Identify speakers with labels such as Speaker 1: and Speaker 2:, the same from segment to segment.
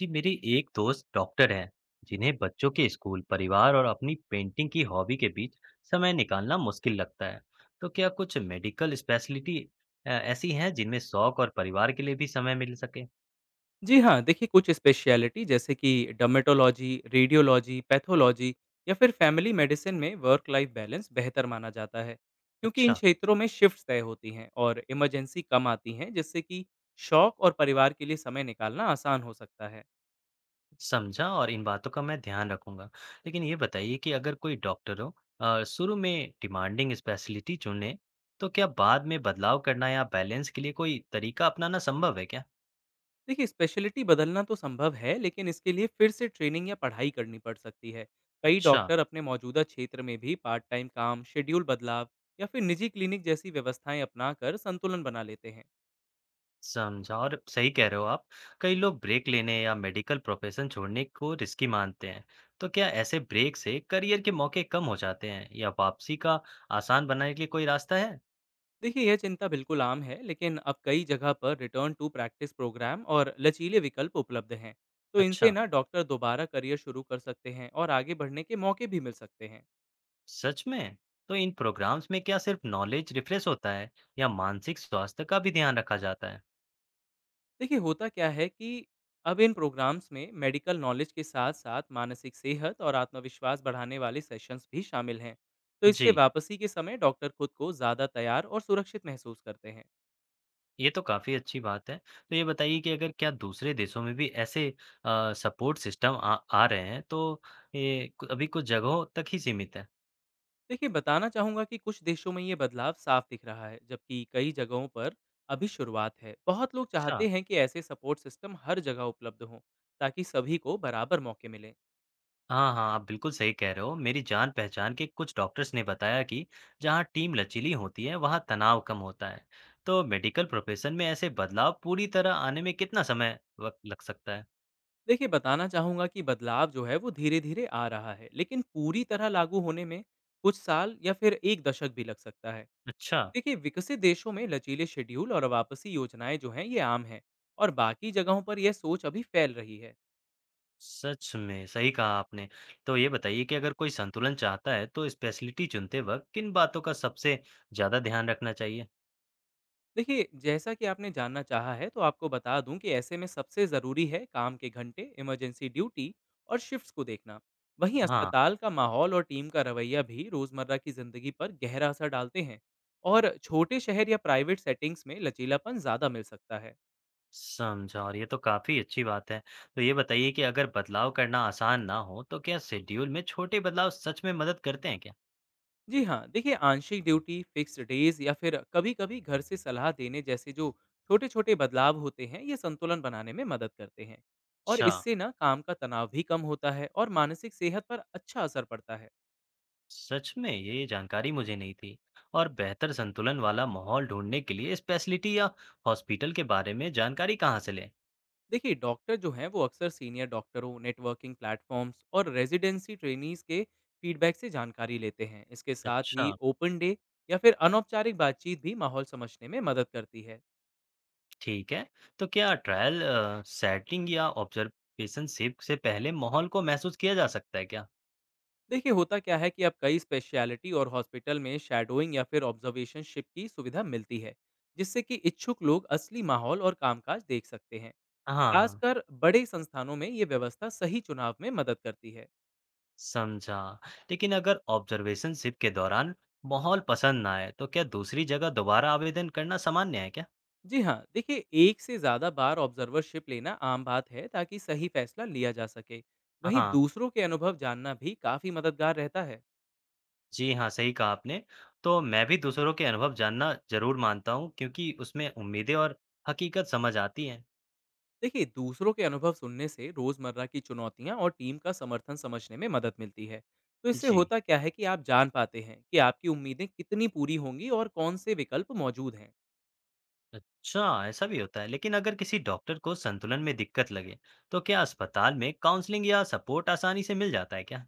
Speaker 1: जी, मेरी एक दोस्त डॉक्टर है, जिन्हें बच्चों के स्कूल, परिवार और अपनी पेंटिंग की हॉबी के बीच समय निकालना मुश्किल लगता है। तो क्या कुछ मेडिकल स्पेशलिटी ऐसी हैं जिनमें शौक और परिवार के लिए भी समय मिल सके।
Speaker 2: जी हाँ, देखिए कुछ स्पेशलिटी जैसे कि डर्मेटोलॉजी, रेडियोलॉजी, पैथोलॉजी या फिर फैमिली मेडिसिन में वर्क लाइफ बैलेंस बेहतर माना जाता है, क्योंकि इन
Speaker 1: अच्छा,
Speaker 2: क्षेत्रों में शिफ्ट्स तय होती हैं और इमरजेंसी कम आती हैं, जिससे कि शौक और परिवार के लिए समय निकालना आसान हो सकता है।
Speaker 1: समझा। और इन बातों का मैं ध्यान रखूंगा। लेकिन ये बताइए कि अगर कोई डॉक्टर हो शुरू में डिमांडिंग स्पेशलिटी चुने, तो क्या बाद में बदलाव करना या बैलेंस के लिए कोई तरीका अपनाना संभव है क्या।
Speaker 2: देखिए स्पेशलिटी बदलना तो संभव है, लेकिन इसके लिए फिर से ट्रेनिंग या पढ़ाई करनी पड़ सकती है। कई
Speaker 1: अच्छा,
Speaker 2: डॉक्टर अपने मौजूदा क्षेत्र में भी पार्ट टाइम काम, शेड्यूल बदलाव या फिर निजी क्लिनिक जैसी व्यवस्थाएं अपनाकर संतुलन बना लेते हैं।
Speaker 1: समझा। और सही कह रहे हो आप। कई लोग ब्रेक लेने या मेडिकल प्रोफेशन छोड़ने को रिस्की मानते हैं। तो क्या ऐसे ब्रेक से करियर के मौके कम हो जाते हैं या वापसी का आसान बनाने के लिए कोई रास्ता है?
Speaker 2: देखिए, यह चिंता बिल्कुल आम है, लेकिन अब कई जगह पर रिटर्न टू प्रैक्टिस प्रोग्राम और लचीले विकल्प उपलब्ध हैं। तो इनसे
Speaker 1: अच्छा,
Speaker 2: ना डॉक्टर दोबारा करियर शुरू कर सकते हैं और आगे बढ़ने के मौके भी मिल सकते हैं।
Speaker 1: सच में? तो इन प्रोग्राम्स में क्या सिर्फ नॉलेज रिफ्रेश होता है या मानसिक स्वास्थ्य का भी ध्यान रखा जाता है?
Speaker 2: देखिए, होता क्या है कि अब इन प्रोग्राम्स में मेडिकल नॉलेज के साथ साथ मानसिक सेहत और आत्मविश्वास बढ़ाने वाले सेशंस भी शामिल हैं। तो
Speaker 1: जी,
Speaker 2: इससे वापसी के समय डॉक्टर खुद को ज़्यादा तैयार और सुरक्षित महसूस करते हैं।
Speaker 1: ये तो काफ़ी अच्छी बात है। तो ये बताइए कि अगर क्या दूसरे देशों में भी ऐसे सपोर्ट सिस्टम आ रहे हैं, तो ये अभी कुछ जगहों तक ही सीमित है।
Speaker 2: देखिए, बताना चाहूँगा कि कुछ देशों में ये बदलाव साफ दिख रहा है, जबकि कई जगहों पर अभी शुरुआत है। बहुत लोग
Speaker 1: अच्छा।
Speaker 2: चाहते हैं कि ऐसे सपोर्ट सिस्टम हर जगह उपलब्ध हों, ताकि सभी को बराबर मौके मिलें।
Speaker 1: हाँ, हाँ, आप बिल्कुल सही कह रहे हो। मेरी जान-पहचान के कुछ डॉक्टर्स ने बताया कि जहाँ टीम लचीली होती है, वहाँ तनाव कम होता है। तो मेडिकल प्रोफेशन में ऐसे बदलाव पूरी तरह आने में कितना समय वक़्त लग सकता है?
Speaker 2: देखिए, बताना चाहूँगा कि बदलाव जो है वो धीरे धीरे आ रहा है, लेकिन पूरी तरह लागू होने में कुछ साल या फिर एक दशक भी लग सकता है।
Speaker 1: अच्छा,
Speaker 2: देखिए, विकसित देशों में लचीले शेड्यूल और वापसी योजनाएं जो हैं ये आम हैं, और बाकी जगहों पर यह सोच अभी फैल रही है।
Speaker 1: सच में, सही कहा आपने। तो ये बताइए कि अगर कोई संतुलन चाहता है, तो स्पेशलिटी चुनते वक़्त किन बातों का सबसे ज़्यादा ध्यान रखना चाहिए?
Speaker 2: देखिए, जैसा कि आपने जानना चाहा है, तो आपको बता दूँ कि ऐसे में सबसे ज़रूरी है काम के घंटे, इमरजेंसी ड्यूटी और शिफ्ट्स को देखना। वहीं
Speaker 1: हाँ,
Speaker 2: अस्पताल का माहौल और टीम का रवैया भी रोज़मर्रा की ज़िंदगी पर गहरा असर डालते हैं, और छोटे शहर या प्राइवेट सेटिंग्स में लचीलापन ज़्यादा मिल सकता है।
Speaker 1: समझा। और ये तो काफ़ी अच्छी बात है। तो ये बताइए कि अगर बदलाव करना आसान ना हो, तो क्या शेड्यूल में छोटे बदलाव सच में मदद करते हैं क्या?
Speaker 2: जी हाँ, देखिए आंशिक ड्यूटी, फिक्स्ड डेज़ या फिर कभी-कभी घर से सलाह देने जैसे जो छोटे-छोटे बदलाव होते हैं, ये संतुलन बनाने में मदद करते हैं। और
Speaker 1: अच्छा।
Speaker 2: इससे ना काम का तनाव भी कम होता है और मानसिक सेहत पर अच्छा असर पड़ता है।
Speaker 1: सच में, ये जानकारी मुझे नहीं थी। और बेहतर संतुलन वाला माहौल ढूंढने के लिए स्पेशलिटी या हॉस्पिटल के बारे में जानकारी कहाँ से लें?
Speaker 2: देखिए, डॉक्टर जो हैं वो अक्सर सीनियर डॉक्टरों, नेटवर्किंग प्लेटफ़ॉर्म्स और रेजिडेंसी ट्रेनीज़ के फीडबैक से जानकारी लेते हैं। इसके साथ ही
Speaker 1: अच्छा,
Speaker 2: ओपन डे या फिर अनौपचारिक बातचीत भी माहौल समझने में मदद करती है।
Speaker 1: ठीक है। तो क्या ट्रायल सेटिंग या ऑब्जर्वेशन शिफ्ट से पहले माहौल को महसूस किया जा सकता है क्या?
Speaker 2: देखिए, होता क्या है कि अब कई स्पेशलिटी और हॉस्पिटल में शैडोइंग या फिर ऑब्जर्वेशनशिप की सुविधा मिलती है, जिससे कि इच्छुक लोग असली माहौल और कामकाज देख सकते हैं।
Speaker 1: हाँ, हाँ।
Speaker 2: खासकर बड़े संस्थानों में ये व्यवस्था सही चुनाव में मदद करती है।
Speaker 1: समझा। लेकिन अगर ऑब्जर्वेशन शिफ्ट के दौरान माहौल पसंद ना आए, तो क्या दूसरी जगह दोबारा आवेदन करना सामान्य है क्या?
Speaker 2: जी हाँ, देखिए एक से ज़्यादा बार ऑब्जर्वरशिप लेना आम बात है, ताकि सही फैसला लिया जा सके। वहीं
Speaker 1: हाँ।
Speaker 2: दूसरों के अनुभव जानना भी काफ़ी मददगार रहता है।
Speaker 1: जी हाँ, सही कहा आपने। तो मैं भी दूसरों के अनुभव जानना ज़रूर मानता हूँ, क्योंकि उसमें उम्मीदें और हकीकत समझ आती हैं।
Speaker 2: देखिए, दूसरों के अनुभव सुनने से रोजमर्रा की चुनौतियां और टीम का समर्थन समझने में मदद मिलती है। तो इससे
Speaker 1: जी।
Speaker 2: होता क्या है कि आप जान पाते हैं कि आपकी उम्मीदें कितनी पूरी होंगी और कौन से विकल्प मौजूद हैं।
Speaker 1: अच्छा, ऐसा भी होता है। लेकिन अगर किसी डॉक्टर को संतुलन में दिक्कत लगे, तो क्या अस्पताल में काउंसलिंग या सपोर्ट आसानी से मिल जाता है क्या?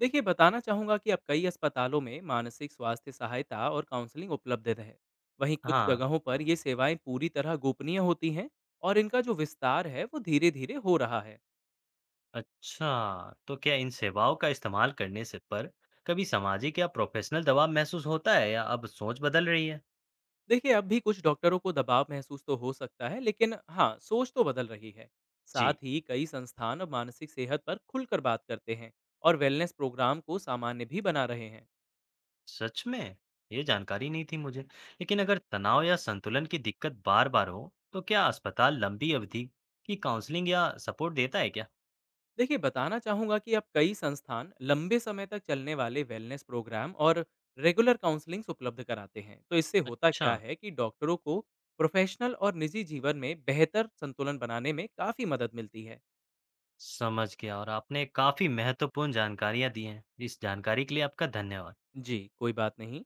Speaker 2: देखिए, बताना चाहूंगा कि अब कई अस्पतालों में मानसिक स्वास्थ्य सहायता और काउंसलिंग उपलब्ध है। वहीं कुछ
Speaker 1: हाँ,
Speaker 2: जगहों पर ये सेवाएं पूरी तरह गोपनीय होती हैं, और इनका जो विस्तार है वो धीरे धीरे हो रहा है।
Speaker 1: अच्छा। तो क्या इन सेवाओं का इस्तेमाल करने से पर कभी सामाजिक या प्रोफ़ेशनल दबाव महसूस होता है या अब सोच बदल रही है?
Speaker 2: देखिए, अब भी कुछ डॉक्टरों को दबाव महसूस तो हो सकता है, लेकिन हाँ सोच तो बदल रही है।
Speaker 1: जी।
Speaker 2: साथ ही कई संस्थान अब मानसिक सेहत पर खुलकर बात करते हैं और वेलनेस प्रोग्राम को सामान्य भी बना रहे हैं।
Speaker 1: सच में, ये जानकारी नहीं थी मुझे। लेकिन अगर तनाव या संतुलन की दिक्कत बार बार हो, तो क्या अस्पताल लंबी अवधि की काउंसलिंग या सपोर्ट देता है क्या?
Speaker 2: देखिए, बताना चाहूंगा कि अब कई संस्थान लंबे समय तक चलने वाले वेलनेस प्रोग्राम और रेगुलर काउंसलिंग्स उपलब्ध कराते हैं। तो इससे होता
Speaker 1: अच्छा,
Speaker 2: क्या है कि डॉक्टरों को प्रोफेशनल और निजी जीवन में बेहतर संतुलन बनाने में काफ़ी मदद मिलती है।
Speaker 1: समझ गया। और आपने काफी महत्वपूर्ण जानकारियां दी हैं। इस जानकारी के लिए आपका धन्यवाद।
Speaker 2: जी, कोई बात नहीं।